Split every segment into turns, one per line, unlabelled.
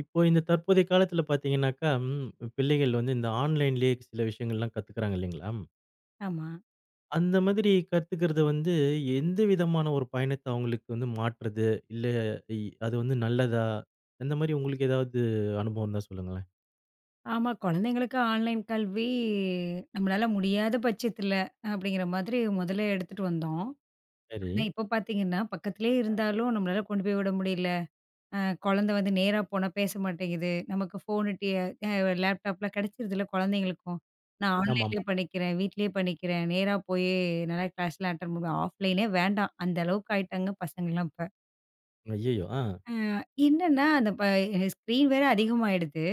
இப்போ இந்த தற்போதைய காலத்துல பார்த்தீங்கன்னாக்கா, ம், பிள்ளைகள் வந்து இந்த ஆன்லைன்லேயே சில விஷயங்கள்லாம் கத்துக்கிறாங்க இல்லைங்களா?
ஆமா.
அந்த மாதிரி கத்துக்கிறது வந்து எந்த விதமான ஒரு பயணத்த அவங்களுக்கு வந்து மாற்றுது? இல்ல, இ அது வந்து நல்லதா? அந்த மாதிரி உங்களுக்கு ஏதாவது அனுபவம் இருந்தா சொல்லுங்களேன்.
ஆமா. குழந்தைங்களுக்கு ஆன்லைன் கல்வி நம்மளால முடியாத பட்சத்தில அப்படிங்கிற மாதிரி முதல்ல எடுத்துட்டு வந்தோம்.
சரி.
ஆனா, இப்ப பார்த்தீங்கன்னா, பக்கத்திலேயே இருந்தாலும் நம்மளால கொண்டு போய் விட முடியல. அ குழந்தை வந்து நேரா போனா பேச மாட்டேங்குது. நமக்கு ஃபோனு, டி அ லேப்டாப்லாம் கிடைச்சிருதுல்ல குழந்தைங்களுக்கும். நான் ஆன்லைன்லேயே
ஆமாமா.
பண்ணிக்கிறேன், வீட்லயே பண்ணிக்கிறேன், நேரா போய் நல்லா கிளாஸ்லாம் அட்டெண்ட் பண்ணுவேன். ஆஃப்லைனே வேண்டாம். அந்த அளவுக்கு ஆயிட்டாங்க பசங்கலாம் இப்ப.
ஐயய்யோ! ஆ.
என்னன்னா அந்த ஸ்க்ரீன் வேற அதிகமாயிடுது.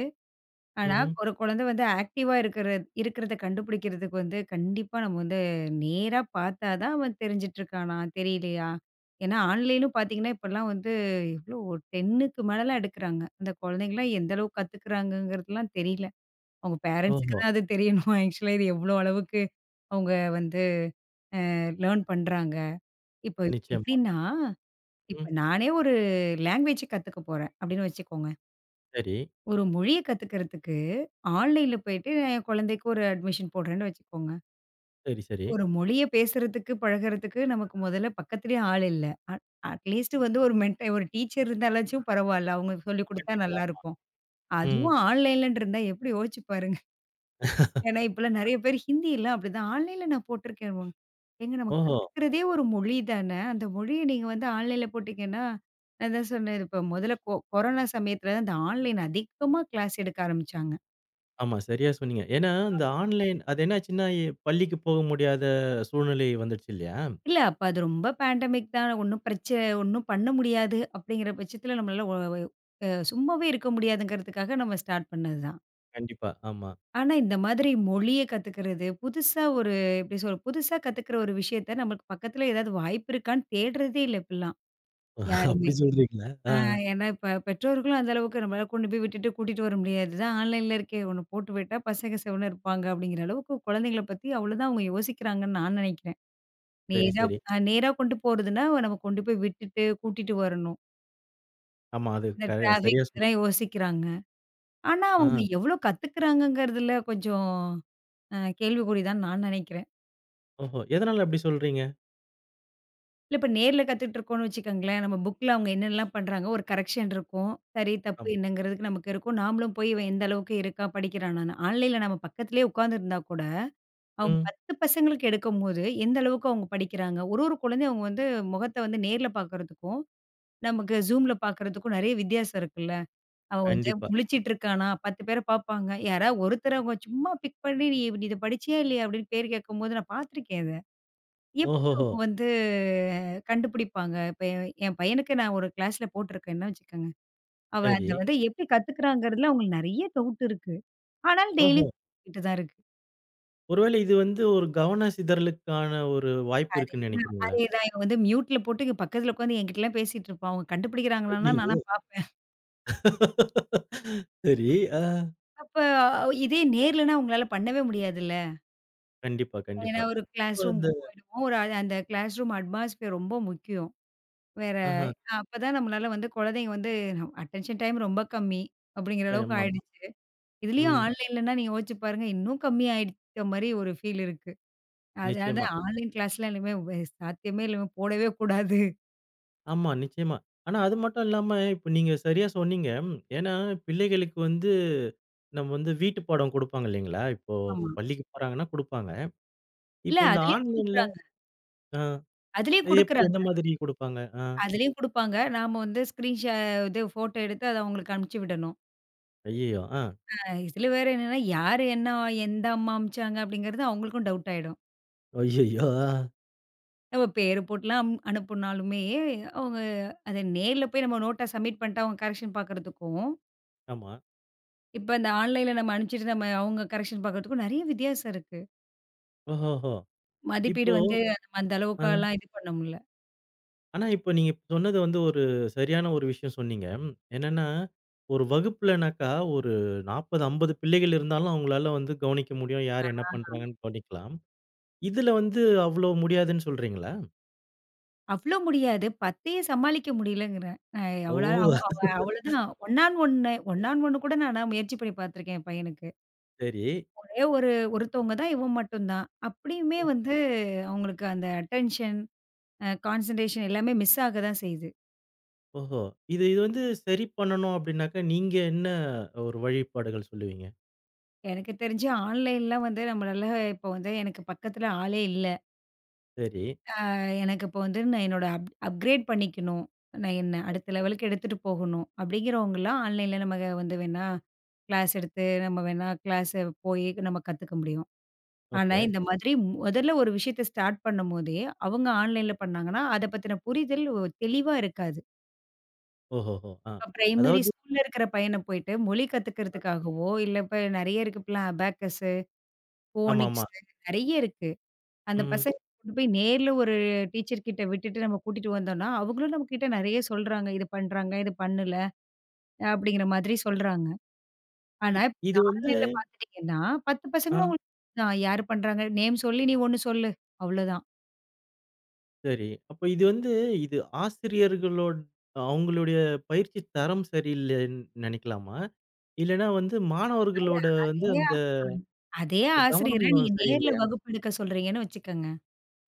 ஆனா,
ம்ஹ்ம்.
ஒரு குழந்தை வந்து ஆக்டிவா இருக்கிறத கண்டுபிடிக்கிறதுக்கு வந்து, கண்டிப்பா நம்ம வந்து நேரா பார்த்தா தான் அவன் தெரிஞ்சுட்டு இருக்கானா, தெரியலையா? ஏன்னா, ஆன்லைனும் பார்த்தீங்கன்னா, இப்பலாம் வந்து எவ்ளோ 10க்கு மேலலாம் எடுக்குறாங்க. அந்த குழந்தைங்கலாம் எந்த அளவுக்கு கத்துக்குறாங்கங்கிறதுலாம் தெரியல. அவங்க பேரண்ட்ஸ்க்கு
ஓஹோ!
தான் அது தெரியணும். ஆக்சுவலா இது எவ்ளோ அளவுக்கு அவங்க வந்து லேர்ன் பண்றாங்க. இப்போ
நிச்சயமா.
எப்படின்னா, இப்ப
ம்.
நானே ஒரு லாங்குவேஜ் கத்துக்க போறேன் அப்படின்னு வச்சுக்கோங்க.
சரி,
ஒரு மொழிய கத்துக்கிறதுக்கு, ஆன்லைன்ல போயிட்டு நான் என் குழந்தைக்கு ஒரு அட்மிஷன் போடுறேன்னு வச்சுக்கோங்க.
சரி, சரி.
ஒரு மொழிய பேசுறதுக்கு, பழகுறதுக்கு நமக்கு முதல்ல பக்கத்திலேயே ஆள் இல்ல. அட் அட்லீஸ்ட் வந்து ஒரு மென்ட ஒரு டீச்சர் இருந்தாலாச்சும் பரவால்ல. அவங்க சொல்லிக் குடுத்தா
கண்டிப்பா.
நல்லாருக்கும்.
ம்.
அதுவும் ஆன்லைன்லன்னு இருந்தா எப்படி யோசிச்சு பாருங்க. ஏன்னா இப்பலாம் நெறைய பேர் ஹிந்திலாம் அப்படிதான். ஆன்லைன்ல நான் போட்டிருக்கேன்வாங்க. ஏங்க நம்ம
ஓஹோ!
கத்துக்கிறதே ஒரு மொழி தான. அந்த மொழிய நீங்க வந்து ஆன்லைன்ல போட்டீங்கன்னா, நான் தான் சொன்னேன். இப்ப முதல்ல கொரோனா சமயத்துல தான் இந்த ஆன்லைன் அதிகமா கிளாஸ் எடுக்க ஆரம்பிச்சாங்க.
ஆமா. சரியா சொன்னீங்க. ஏன்னா, இந்த ஆன்லைன் அது என்னாச்சுன்னா, பள்ளிக்கு போக முடியாத சூழ்நிலை வந்துடுச்சு இல்லையா?
இல்ல. அப்ப அது ரொம்ப பேண்டமிக் தான். ஒண்ணும் பண்ண முடியாது அப்படிங்கிற பட்சத்தில நம்மளால ஒ ஒ அ சும்மாவே இருக்க முடியாதுங்கிறதுக்காக நம்ம ஸ்டார்ட் பண்ணது தான்.
கண்டிப்பா. ஆமா.
ஆனா, இந்த மாதிரி மொழிய கத்துக்கிறது, புதுசா ஒரு எப்படி சொல்றது? புதுசா கத்துக்கிற ஒரு விஷயத்த நமக்கு பக்கத்துல ஏதாவது வாய்ப்பு இருக்கான்னு தேடுறதே இல்ல இப்பலாம் யாருமே.
அப்படி சொல்றீங்களா? ஆ.
ஆ ஏன்னா இப்ப பெற்றோர்களும் அந்த அளவுக்கு நம்மளால கொண்டு போய் விட்டுட்டு கூட்டிட்டு வர முடியாது. "இதான் ஆன்லைன்ல இருக்கே, ஒண்ணு போட்டு விட்டா பசங்க செவனு இருப்பாங்க." அப்படிங்கிற அளவுக்கு குழந்தைங்கள பத்தி அவ்வளோதான் அவங்க யோசிக்கிறாங்கன்னு நான் நினைக்கிறேன்.
சரி,
நேரா
சரி.
நேரா கொண்டு போறதுன்னா, நம்ம கொண்டு போய் விட்டுட்டு, கூட்டிட்டு வரணும்.
ஆமா. அது
இந்த
க
டிராஃபிக்
சரியா சொன்னீங்க.
இதெல்லாம் யோசிக்கிறாங்க. ஆனா, அவங்க
ஆ.
எவ்ளோ கத்துக்கிறாங்கங்கிறதுல கொஞ்சம் கேள்விக்குறி தான் நான் நெனைக்கிறேன்.
ஓஹோ! எதனால அப்படி சொல்றீங்க?
இல்ல இப்ப நேர்ல கத்துட்டு இருக்கோம்னு வச்சுக்கோங்களேன், நம்ம புக்ல அவங்க என்னெல்லாம் பண்றாங்க, ஒரு கரெக்ஷன் இருக்கும். சரி, தப்பு
ஆமா.
என்னங்கிறதுக்கு நமக்கு இருக்கும். நாமளும் போய் இவன் எந்த அளவுக்கு இருக்கா, படிக்கிறானான்னு. ஆன்லைன்ல நம்ம பக்கத்திலேயே உட்காந்துருந்தா கூட, அவங்க
ம்.
10 பசங்களுக்கு எடுக்கும்போது, எந்த அளவுக்கு அவங்க படிக்கிறாங்க. ஒரு ஒரு குழந்தையும் அவங்க வந்து முகத்த வந்து நேர்ல பார்க்கறதுக்கும், நமக்கு Zoomல பார்க்கறதுக்கும் நெறைய வித்தியாசம் இருக்குல்ல. அவன் வந்து
கண்டிப்பா.
முழிச்சிட்டு இருக்கானா? 10 பேர பார்ப்பாங்க. யாராவது ஒருத்தர அவங்க சும்மா பிக் பண்ணி, "நீ இத படிச்சியா இல்லையா?" அப்படின்னு பேர் கேட்கும்போது நான் பார்த்துருக்கேன் அத. எப்படி
ஓஹோஹோ!
அவங்க வந்து கண்டுபிடிப்பாங்க? இப்ப என் என் பையனுக்கு நான் ஒரு கிளாஸ்ல போட்டிருக்கேன்னா வச்சுக்கோங்க. அவன்
சரி.
அத வந்து எப்படி கத்துக்கிறாங்கிறதுல அவங்களுக்கு நெறைய டவுட் இருக்கு. ஆனால் டெய்லி
ஓஹோ!
கிட்ட தான் இருக்கு.
ஒருவேளை இது வந்து ஒரு கவன சிதறலுக்கான ஒரு வாய்ப்பு இருக்குன்னு
அதேதான்,
நினைக்கிறீங்களா?
அதேதான். இவன் வந்து மியூட்ல போட்டு இங்க பக்கத்துல உட்காந்து என்கிட்டலாம் பேசிட்டு இருப்பான். அவங்க கண்டுபிடிக்கிறாங்களான்னா நானா
ஐய்யயோ!
பார்ப்பேன்.
சரி. ஆ.
அப்ப இதே நேர்லன்னா அவங்களால பண்ணவே முடியாதுல்ல.
கண்டிப்பா,
ஏன்னா,
கண்டிப்பா.
ஒரு கிளாஸ்
அப்ப அந்த
ரூமுக்கு போயிடுவோம். ஒரு அந்த கிளாஸ் ரூம் அட்மாஸ்பியர் ரொம்ப முக்கியம். வேற
ஆஹா.
அப்பதான் நம்மளால வந்து குழந்தைங்க வந்து அட்டென்ஷன் டைம் ரொம்ப கம்மி அப்படிங்கிற அளவுக்கு
ஆமாமா.
ஆயிடுச்சு. இதுலயும்
ம்.
ஆன்லைன்லன்னா நீங்க யோசிச்சு பாருங்க, இன்னும் கம்மி ஆயிட்ட மாரி ஒரு ஃபீல் இருக்கு. அதனால
நிச்சயமா.
ஆன்லைன் கிளாஸ்லாம் இனிமே சாத்தியமே இல்ல. போடவே கூடாது.
ஆமா, நிச்சயமா. ஆனா அது மட்டும் இல்லாம, இப்ப நீங்க சரியா சொன்னீங்க. ஏன்னா, பிள்ளைகளுக்கு வந்து நம்ம வந்து வீட்டு பாடம் குடுப்பாங்க இல்லைங்களா? இப்போ
ஆமா.
பள்ளிக்கு போறாங்கன்னா குடுப்பாங்க.
இல்ல
இப்ப இந்த
அதுலயும்
ஆன்லைன்ல,
குடுக்குறாங்க.
ஆ,
அதுலயும்
இது எப்படி
குடுக்குறாங்க.
எந்த மாதிரி குடுப்பாங்க? ஆ,
அதுலயும் குடுப்பாங்க. நாம வந்து ஸ்கிரீன் ஷா இது ஃபோட்டோ எடுத்து அத அவங்களுக்கு அனுப்பிச்சு விடணும்.
ஐயய்யோ! ஆ,
இதுல வேற என்னன்னா, யாரு என்ன எந்த அம்மா அனுப்பிச்சாங்க அப்படிங்கிறது அவங்களுக்கும் டவுட் ஆயிடும்.
ஐயய்யோ! ஆ,
நம்ம பேரு போட்டுலாம் அனுப்புனாலுமே, அவங்க அத நேர்ல போய் நம்ம நோட்டா சப்மிட் பண்ணிட்டு அவங்க கரெக்ஷன் பார்க்கறதுக்கும்,
ஆமா.
இப்ப இந்த ஆன்லைன்ல நம்ம அனுப்பிச்சுட்டு நம்ம அவங்க கரெக்ஷன் பார்க்கறதுக்கும் நெறைய வித்தியாசம் இருக்கு.
ஓஹோஹோ!
மதிப்பீடு
இப்போ,
வந்து நம்ம அந்த
ஆ,
அளவுக்கெல்லாம் இது பண்ண முடியல.
ஆனா இப்போ நீங்க சொன்னது வந்து ஒரு சரியான ஒரு விஷயம் சொன்னீங்க. ம், என்னன்னா, ஒரு வகுப்புலனாக்கா ஒரு 40, 50 பிள்ளைகள் இருந்தாலும் அவங்களால வந்து கவனிக்க முடியும்.
ஆ
யார் என்ன பண்றாங்கன்னு கவனிக்கலாம். இதுல வந்து அவ்ளோ முடியாதுன்னு சொல்றீங்களா?
அவ்ளோ முடியாது. 10யே சமாளிக்க முடியலங்கிறேன். அ
ஓ!
அவளா அவ அவ அவ்வளோதான். One on one, one on one கூட நானா முயற்சி பண்ணி பார்த்துருக்கேன் என் பையனுக்கு.
சரி.
ஒரே ஒரு ஒருத்தவங்க தான் இவன் மட்டும் தான். அப்படியுமே
ம்.
வந்து அவங்களுக்கு அந்த அட்டென்ஷன், கான்சன்ட்ரேஷன் எல்லாமே மிஸ் ஆக தான் செய்யுது.
ஓஹோ! இது இது வந்து சரி பண்ணணும் அப்டின்னாக்கா, நீங்க என்ன ஒரு வழிபாடுகள் சொல்லுவீங்க?
எனக்கு தெரிஞ்சு ஆன்லைன்லாம் வந்து நம்மளால இப்போ வந்து எனக்கு பக்கத்துல ஆளே இல்ல.
சரி.
எனக்கு இப்போ வந்து நான் என்னோட அப்கிரேட் பண்ணிக்கணும். நான் என்ன அடுத்த லெவலுக்கு எடுத்துட்டு போகணும். அப்படிங்கிறவங்கலாம் ஆன்லைன்ல நம்ம வந்து வேணா கிளாஸ் எடுத்து நம்ம வேணா கிளாஸ் போய் நம்ம கத்துக்க முடியும். ஆனா
ஓகே.
இந்த மாதிரி முதல்ல ஒரு விஷயத்த ஸ்டார்ட் பண்ணும்போதே, அவங்க ஆன்லைன்ல பண்ணாங்கன்னா, அத பத்தின புரிதல் தெளிவா இருக்காது.
ஓஹோஹோ! ஆ.
இப்ப பிரைமரி
அதாவது
ஸ்கூல்ல இருக்கிற பையன போயிட்டு மொழி கத்துக்கிறதுக்காகவோ, இல்ல இப்ப நெறைய இருக்கு இப்பலாம் அபாக்கஸு,
ஆமாமா.
ஃபோனிக்ஸு நெறைய இருக்கு. அந்த
ம்.
பசங்க கொண்டு போய் நேர்ல ஒரு டீச்சர் கிட்ட விட்டுட்டு நம்ம கூட்டிட்டு வந்தோம்னா, அவங்களும் நம்மகிட்ட நெறைய சொல்றாங்க. இது பண்றாங்க, இது பண்ணல அப்படிங்கிற மாதிரி சொல்றாங்க.
இ
ஆனா இப்ப
இது வந்து,
ஆன்லைன்ல பார்த்துட்டீங்கன்னா, 10
ஆ,
பசங்களும் உங்களுக்கு தான் யார் பண்றாங்க? நேம் சொல்லி நீ ஒண்ணு சொல்லு. அவ்வளோதான்.
சரி. அப்ப இது வந்து இது ஆசிரியர்களோட அவங்களுடைய பயிற்சி தரம் சரியில்லன்னு நெனைக்கலாமா? இல்லன்னா வந்து
அல்ல
மாணவர்களோட வந்து
அதே ஆ
அந்த
அதே ஆசிரியர
கவனம்
நீங்க நேர்ல
சரியில்லையா?
வகுப்பு எடுக்க சொல்றீங்கன்னு வச்சுக்கங்க.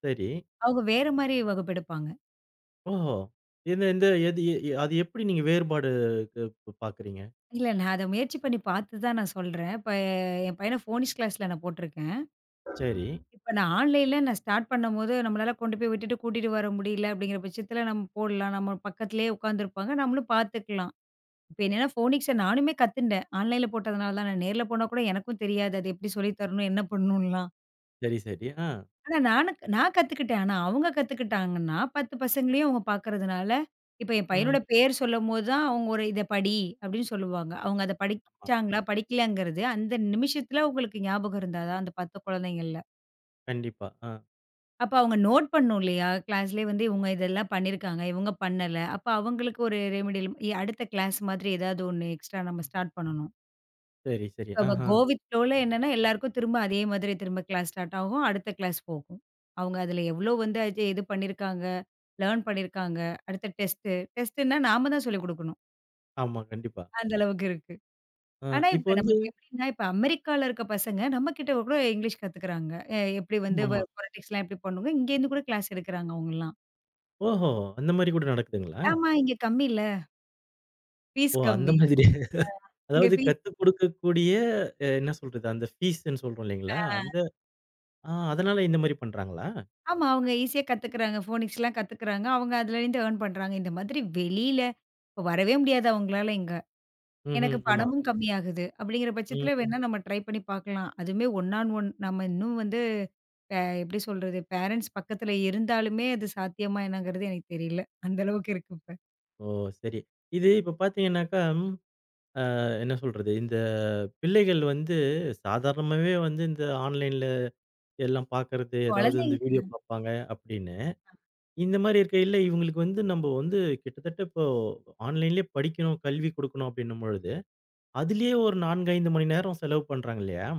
சரி.
அவங்க வேற மாரி வகுப்பு எடுப்பாங்க.
ஓஹோ! இந்த இந்த எது எ எ அது எப்படி நீங்க வேறுபாடு பார்க்குறீங்க?
இல்ல நான் அத முயற்சி பண்ணி பார்த்து தான் நான் சொல்றேன். இப்ப என் பையன ஃபோனிக்ஸ் கிளாஸ்ல நான் போட்டிருக்கேன்.
சரி,
இப்ப நான் ஆன்லைன்ல நான் ஸ்டார்ட் பண்ணும்போது, நம்மளால கொண்டு போய் விட்டுட்டு கூட்டிட்டு வர முடியல அப்படிங்கிற பட்சத்தில நம்ம போடலாம். நம்ம பக்கத்திலேயே உட்காந்துருப்பாங்க. நம்மளும் பார்த்துக்கலாம். இப்ப என்னன்னா ஃபோனிக்ஸ நானுமே கத்துண்டேன். ஆன்லைன்ல போட்டதுனால தான். நான் நேர்ல போனா கூட எனக்கும் தெரியாது. அது எப்படி சொல்லி தரணும்? என்ன பண்ணணும்லாம்.
சரி, சரி. ஆ.
ஆனா நான் கத்துக்கிட்டேன். ஆனா அவங்க கத்துக்கிட்டாங்கன்னா, 10 பசங்களையும் அவங்க பார்க்கறதுனால, இப்ப என்
ம்.
பையனோட பேர் சொல்லும்போது தான் அவங்க ஒரு "இத படி" அப்படின்னு சொல்லுவாங்க. அவங்க அத
ஆமா.
படிச்சாங்களா? படிக்கலையாங்கிறது அந்த நிமிஷத்தில அவங்களுக்கு ஞாபகம் இருந்தா தான் அந்த 10 குழந்தைங்கள்ல.
கண்டிப்பா. ஆ.
அப்ப அவங்க நோட் பண்ணும் இல்லையா? கிளாஸ்லயே வந்து இவங்க இதெல்லாம் பண்ணியிருக்காங்க. இவங்க பண்ணல. அப்ப அவங்களுக்கு ஒரு ரெமிடியல் அடுத்த கிளாஸ் மாதிரி ஏதாவது ஒண்ணு எக்ஸ்ட்ரா நம்ம ஸ்டார்ட் பண்ணணும்.
சரி, சரி.
அப்ப
ஆஹா.
கோவிட் ஃப்ளோல என்னன்னா எல்லாருக்கும் திரும்ப அதே மாதிரி திரும்ப கிளாஸ் ஸ்டார்ட் ஆகும். அடுத்த கிளாஸ் போகும். அவங்க அதுல எவ்ளோ வந்து அது இது பண்ணியிருக்காங்க, லெர்ன் பண்ணியிருக்காங்க. அடுத்த டெஸ்ட்டு. டெஸ்ட்டுன்னா நாம தான் சொல்லிக் குடுக்கணும்.
ஆமா, கண்டிப்பா.
அந்த அளவுக்கு இருக்கு.
ஆ,
ஆனா
இப்ப
இப்ப
வந்து
நமக்கு எப்படின்னா, இப்ப அமெரிக்கால இருக்க பசங்க நம்ம கிட்ட கூட இங்கிலீஷ் கத்துக்கிறாங்க. எ எப்படி வந்து வ
ஆமாமா.
பொலிடிக்ஸ்லாம் எப்படி பண்ணுங்க, இங்கேருந்து கூட கிளாஸ் எடுக்கிறாங்க அவங்கலாம்.
ஓஹோ! அந்த மாரி கூட நடக்குதுங்களா?
ஆமா. இங்க கம்மி இல்ல. ஃபீஸ்
ஓ! அந்த
கம்மி.
மாதிரி.
இங்க
அதாவது
ஃபீஸ்
கத்துக் குடுக்கக்கூடிய, அ, என்ன சொல்றது, அந்த ஃபீஸ்ன்னு சொல்றோம் இல்லைங்களா? அந்த, ஆ, அதனால இந்த மாரி பண்றாங்களா?
ஆமா. அவங்க ஈஸியா கத்துக்குறாங்க. ஃபோனிக்ஸ்லாம் கத்துக்குறாங்க. அவங்க அதுலேருந்து ஏர்ன் பண்றாங்க. இந்த மாதிரி வெளியில இப்ப வரவே முடியாது அவங்களால இங்க.
ம்ஹ்ம்.
எனக்கு
ஆமா.
பணமும் கம்மியாகுது. அப்படிங்கிற
ம்.
பட்சத்துல வேணா நம்ம ட்ரை பண்ணி பார்க்கலாம். அதுவுமே ஒன் ஆன் ஒன் நம்ம இன்னும் வந்து எப்படி சொல்றது? பேரண்ட்ஸ் பக்கத்துல இருந்தாலுமே அது சாத்தியமா என்னங்கிறது எனக்கு தெரியல. அந்த அளவுக்கு இருக்கு இப்ப.
ஓ! சரி. இது இப்ப பார்த்தீங்கன்னாக்கா, அ என்ன சொல்றது? இந்த பிள்ளைகள் வந்து சாதாரணமாவே வந்து இந்த ஆன்லைன்ல எல்லாம் பார்க்கறது, ஏதாவது இந்த
குழந்தைங்க
வீடியோ பார்ப்பாங்க அப்படின்னு. இந்த மாரி இருக்கையில இவங்களுக்கு வந்து நம்ப வந்து கிட்டத்தட்ட இப்போ ஆன்லைன்லயே படிக்கணும், கல்வி கொடுக்கணும் அப்படின்னும் பொழுது, அதிலேயே ஒரு 4, 5 மணி நேரம் செலவு பண்றாங்க இல்லையா?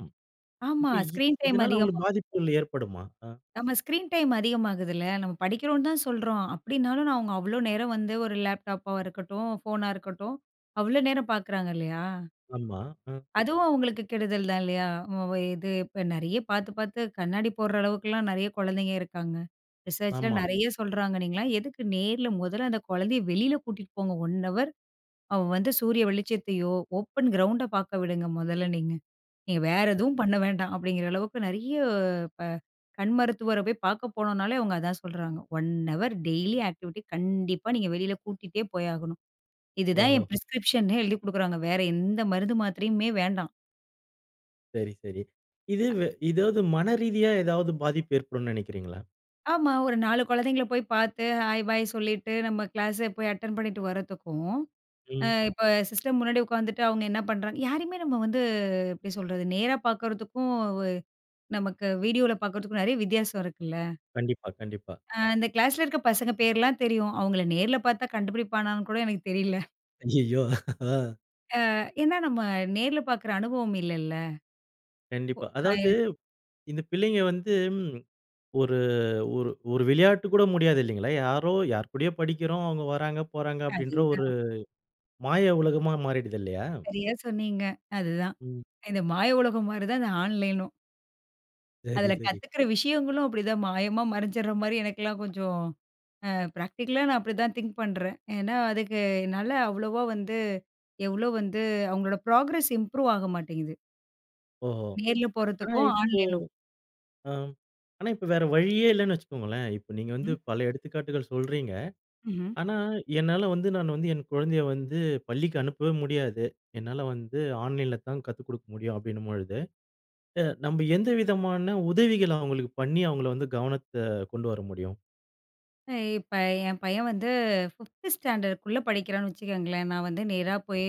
ஆமா.
இப்ப
ஸ்க்ரீன் டைம்
இதனால
அதிகமா
அவங்களுக்கு பாதிப்புகள் ஏற்படுமா? அ,
நம்ம ஸ்க்ரீன் டைம் அதிகமாகுதுல்ல. நம்ம படிக்கிறோம்ன்னு தான் சொல்றோம். அப்படின்னாலும் நான் அவங்க அவ்ளோ நேரம் வந்து ஒரு லேப்டாப்பா இருக்கட்டும், ஃபோனா இருக்கட்டும், அவ்ளோ நேரம் பார்க்குறாங்க இல்லையா?
ஆமா. அ,
அதுவும் அவங்களுக்கு கெடுதல் தான் இல்லையா? மொ இது இப்ப நெறைய பார்த்து பார்த்து கண்ணாடி போடுற அளவுக்குலாம் நெறைய குழந்தைங்க இருக்காங்க. ரிசர்ச்ல
ஆமா.
நெறைய சொல்றாங்க. நீங்கலாம் எதுக்கு நேர்ல முதல்ல அந்த குழந்தைய வெளியில கூட்டிட்டு போங்க. 1 ஹவர் அவ வந்து சூரிய வெளிச்சத்தையோ, ஓப்பன் கிரவுண்ட பார்க்க விடுங்க முதல்ல நீங்க. நீங்க வேற எதுவும் பண்ண வேண்டாம் அப்படிங்கிற அளவுக்கு நெறைய ப கண் மருத்துவர போய் பார்க்க போனோம்னாலே அவங்க அதான் சொல்றாங்க. 1 ஹவர் டெய்லி ஆக்டிவிட்டி கண்டிப்பா நீங்க வெளியில கூட்டிட்டே போயாகணும். இதுதான்
ஓஹோ!
என் பிரிஸ்கிரிப்ஷன்னு எழுதி குடுக்குறாங்க. வேற எந்த மருந்து மாத்திரையுமே வேண்டாம்.
சரி, சரி. இது வே ஏதாவது மன ரீதியா ஏதாவது பாதிப்பு ஏற்படும்னு நினைக்கிறீங்களா?
ஆமா, ஒரு 4 குழந்தைங்கள போய் பார்த்து, ஹாய், பாய் சொல்லிட்டு நம்ம கிளாஸ போய் அட்டெண்ட் பண்ணிட்டு வரதுக்கும்,
ம்.
இப்ப சிஸ்டம் முன்னாடி உட்காந்துட்டு அவங்க என்ன பண்றாங்க யாரையுமே நம்ம வந்து எப்படி சொல்றது? நேரா பார்க்கறதுக்கும், நமக்கு வீடியோல பார்க்கறதுக்கும் நெறைய வித்தியாசம் இருக்குல்ல.
கண்டிப்பா, கண்டிப்பா.
அந்த கிளாஸ்ல இருக்க பசங்க பேர்லாம் தெரியும். அவங்கள நேர்ல பார்த்தா கண்டுபிடிப்பானான்னு கூட எனக்கு தெரியல.
ஐயய்யோ! ஆ.
ஏன்னா நம்ம நேர்ல பார்க்குற அனுபவம் இல்லல்ல.
கண்டிப்பா.
அ
அதாவது இந்த பிள்ளைங்க வந்து, ம், ஒரு ஒரு ஒரு விளையாட்டு கூட முடியாது இல்லைங்களா? யாரோ யார் கூடயோ படிக்கிறோம். அவங்க வராங்க, போறாங்க அப்படின்ற ஒரு
அதேதான்.
மாய உலகமா மாறிடுது இல்லையா?
சரியா சொன்னீங்க. அதுதான்.
ம்.
இந்த மாய உலகம் மாரி தான் இந்த ஆன்லைனும்.
சரி,
அதுல
சரி.
கத்துக்கிற விஷயங்களும் அப்படிதான் மாயமா மறைஞ்சிடுற மாரி எனக்கெல்லாம் கொஞ்சம் அ பிராக்டிகலா நான் அப்படிதான் திங்க் பண்றேன். ஏன்னா அதுக்கு என்னால அவ்வளவா வந்து எவ்வளோ வந்து அவங்களோட ப்ராக்ரஸ் இம்ப்ரூவ் ஆக மாட்டேங்குது.
ஓஹோ!
நேர்ல
ஆனா
போறதுக்கும்,
இப்போ,
ஆன்லைனுக்கும்.
அ, ஆனா இப்ப வேற வழியே இல்லன்னு வச்சுக்கோங்களேன். இப்ப நீங்க வந்து
ம்.
பல எடுத்துக்காட்டுகள் சொல்றீங்க.
ம்ஹ்ம்.
ஆனா என்னால வந்து நான் வந்து என் குழந்தைய வந்து பள்ளிக்கு அனுப்பவே முடியாது. என்னால வந்து ஆன்லைன்ல தான் கத்துக் குடுக்க முடியும் அப்படின்னும் பொழுது, அ, நம்ம எந்த விதமான உதவிகள் அவங்களுக்கு பண்ணி அவங்கள வந்து கவனத்த கொண்டு வர முடியும்?
அ இப்ப என் பையன் வந்து 5த் ஸ்டாண்டர்டுக்குள்ள படிக்கிறான்னு வச்சுக்கோங்களேன், நான் வந்து நேரா போய்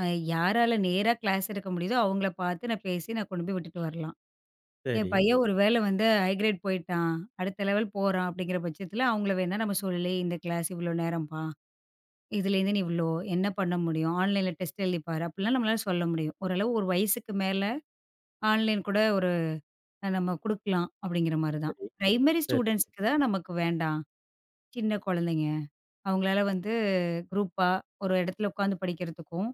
அ யாரால நேரா கிளாஸ் எடுக்க முடியுதோ அவங்கள பார்த்து நான் பேசி நான் கொண்டு போய் விட்டுட்டு வரலாம். என்
சரி,
பையன் ஒரு வேள வந்து ஹை கிரேட் போயிட்டான், அடுத்த லெவல் போறான் அப்படிங்கிற பட்சத்தில அவங்கள வேணா நம்ம சொல்லி இந்த கிளாஸ் இவ்வளோ நேரம்ப்பா, இதுலேருந்து நீ இவ்வளோ என்ன பண்ண முடியும்? ஆன்லைன்ல டெஸ்ட் எழுதி பாரு அப்படிலாம் நம்மளால சொல்ல முடியும். ஓரளவு ஒரு வயசுக்கு மேல ஆன்லைன் கூட ஒரு நம்ம குடுக்கலாம் அப்படிங்கிற மாரி தான்.
சரி,
பிரைமரி
சரி.
ஸ்டூடண்ட்ஸ்க்கு தான் நமக்கு வேண்டாம். சின்ன குழந்தைங்க அவங்களால வந்து குரூப்பா ஒரு இடத்துல உட்காந்து படிக்கிறதுக்கும்,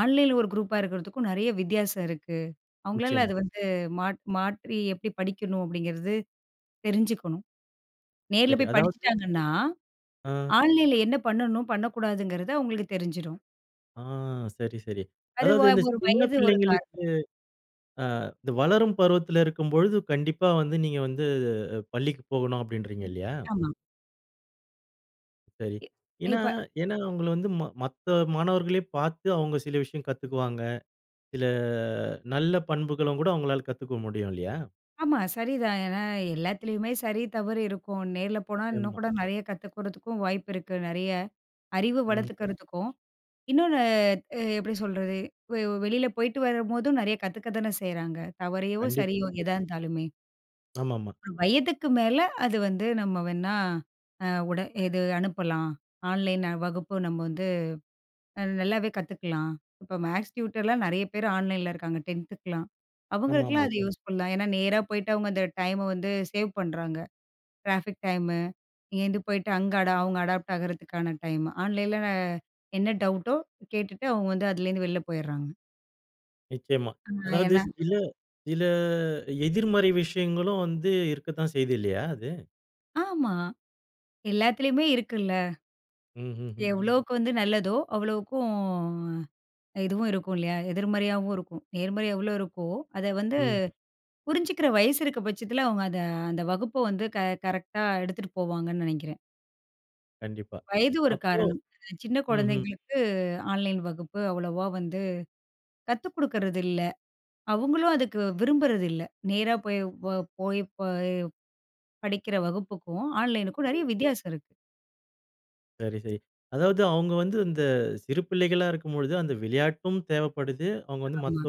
ஆன்லைன்ல ஒரு குரூப்பா இருக்கிறதுக்கும் நெறைய வித்தியாசம் இருக்கு. அவங்களால
நிச்சயமா.
அது வந்து மாற்றி எப்படி படிக்கணும் அப்படிங்கிறது தெரிஞ்சுக்கணும். நேர்ல
சரி.
போய்
அதாவது,
படிச்சுட்டாங்கன்னா,
ஆ,
ஆன்லைன்ல என்ன பண்ணணும், பண்ணக்கூடாதுங்கிறது அவங்களுக்கு தெரிஞ்சிடும்.
ஆ, சரி, சரி.
அது வ
அதாவது இந்த
ஒரு
சின்ன
வயது ஒரு காரணம்.
பிள்ளைங்களுக்கு, அ, இந்த வளரும் பருவத்துல இருக்கும்பொழுது கண்டிப்பா வந்து நீங்க வந்து, அ, பள்ளிக்கு போகணும் அப்படின்றீங்க இல்லையா?
ஆமா.
சரி.
இ
ஏன்னா,
இப்ப
அவங்கள வந்து மத்த மாணவர்களே பார்த்து அவங்க சில விஷயம் கத்துக்குவாங்க. சில நல்ல பண்புகளும் கூட அவங்களால கத்துக்க முடியும் இல்லையா?
ஆமா சரிதான். ஏன்னா எல்லாத்துலயுமே சரி, தவறு இருக்கும். நேர்ல போனா இன்னும்
ஆமா.
கூட நெறைய கத்துக்கிறதுக்கும் வாய்ப்பு இருக்கு. நெறைய அறிவு
ம்.
வளர்த்துக்கிறதுக்கும் இன்னொன்னு எப்படி சொல்றது? வெ வெளியில போயிட்டு வரும்போதும் நெறைய கத்துக்க தானே செய்றாங்க. தவறையோ!
கண்டிப்பா,
சரியோ!
கண்டிப்பா.
எதா இருந்தாலுமே.
ஆமாமா.
ஒரு வயதுக்கு மேல அது வந்து நம்ம வேணா அ உட இது அனுப்பலாம். ஆன்லைன் வகுப்பு நம்ம வந்து நல்லாவே கத்துக்கலாம். இப்போ மேக்ஸ் டியூட்டர்லாம் நெறைய பேர் ஆன்லைன்ல இருக்காங்க 10த்துக்கலாம்.
ஆமாமா.
அவங்களுக்கெல்லாம் அது யூஸ்ஃபுல் தான். ஏன்னா நேரா போயிட்டு அவங்க அந்த டைம வந்து சேவ் பண்றாங்க. Traffic time. நீங்க இந்து போயிட்டு அங்க அவங்க அடாப்ட் ஆகுறதுக்கான டைம். ஆன்லைன்ல என்ன டவுட்டோ கேட்டுட்டு அவங்க வந்து அதுலேருந்து வெளில போயிர்றாங்க.
நிச்சயமா.
ஆ
அதாவது
ஏன்னா
சில, சில எதிர்மறை விஷயங்களும் வந்து இருக்கத்தான் செய்யுது இல்லையா அது?
ஆமா. எல்லாத்துலயுமே இருக்குல்ல.
ம்ஹ்ஹ்ம். ம்.
எவ்வளோவுக்கு வந்து நல்லதோ, அவ்வளோவுக்கும் இதுவும் இருக்கும் இல்லையா? எதிர்மறையாவும் இருக்கும். நேர்மறை எவ்வளோ இருக்கோ, அத வந்து
ம், ம்,
புரிஞ்சுக்கிற வயசு இருக்க பட்சத்துல அவங்க அத அந்த வகுப்ப வந்து கரெக்ட்டா எடுத்துட்டு போவாங்கன்னு நெனைக்கிறேன்.
கண்டிப்பா.
வயது ஒரு
அப்போ
காரணம். சின்ன
ம்ஹ்ம்.
குழந்தைங்களுக்கு ஆன்லைன் வகுப்பு அவ்வளவா வந்து கத்துக் குடுக்கறது இல்ல. அவங்களும் அதுக்கு விரும்புறதில்ல. நேரா போய் வ போய் ப படிக்கிற வகுப்புக்கும், ஆன்லைனுக்கும் நெறைய வித்தியாசம் இருக்கு.
சரி, சரி. அதாவது அவங்க வந்து அந்த சிறு பிள்ளைகளா இருக்கும்பொழுது அந்த விளையாட்டும் தேவைப்படுது. அவங்க வந்து
ஆமா.
மத்த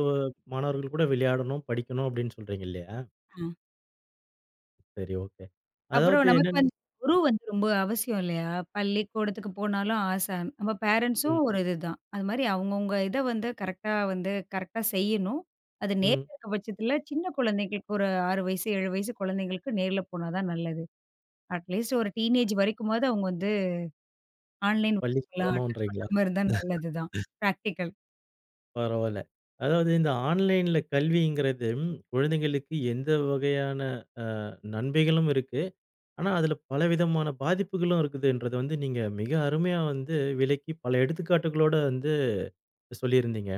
மாணவர்கள் கூட விளையாடணும், படிக்கணும் அப்படின்னு சொல்றீங்க இல்லையா?
அ.
சரி, ஓகே.
அப்புறம்
அதாவது
நமக்கு
என்னன்னு
வந்து குரு வந்து ரொம்ப அவசியம் இல்லையா? பள்ளிக்கூடத்துக்கு போனாலும் ஆசை. நம்ம பேரண்ட்ஸும்
ம்,
ஒரு இதுதான். அது மாரி அவங்கவங்க இத வந்து கரெக்ட்டா வந்து கரெக்ட்டா செய்யணும். அது நேர்ல
ம்.
இருக்க பட்சத்தில சின்ன குழந்தைங்களுக்கு ஒரு 6 வயசு, 7 வயசு குழந்தைங்களுக்கு நேர்ல போனா தான் நல்லது. அட்லீஸ்ட் ஒரு டீனேஜ் வரைக்குமாவது அவங்க வந்து ஆன்லைன்
பள்ளிக்கு
வகுப்புலாம் அட்டெண்ட்
போணுன்றீங்களா?
பண்ணாம இருந்தா நல்லது தான். பிராக்டிகல்.
பரவால்ல. அதாவது இந்த ஆன்லைன்ல கல்விங்கிறது, ம், குழந்தைங்களுக்கு எந்த வகையான நன்மைகளும் இருக்கு. ஆனா, அதுல பலவிதமான பாதிப்புகளும் இருக்குதுன்றத வந்து நீங்க மிக அருமையா வந்து விளக்கி பல எடுத்துக்காட்டுகளோட வந்து சொல்லியிருந்தீங்க.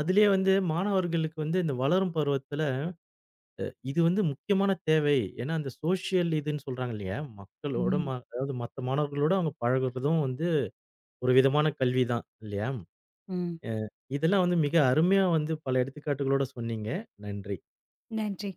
அதிலேயே வந்து மாணவர்களுக்கு வந்து இந்த வளரும் பருவத்துல, அ, இது வந்து முக்கியமான தேவை. ஏன்னா, அந்த சோஷியல் இதுன்னு சொல்றாங்க இல்லையா? மக்களோட
ம்.
அதாவது மத்த மாணவர்களோட அவங்க பழகுறதும் வந்து ஒரு விதமான கல்வி தான் இல்லையா?
ம்.
அ, இதெல்லாம் வந்து மிக அருமையா வந்து பல எடுத்துக்காட்டுகளோட சொன்னீங்க. நன்றி.
நன்றி.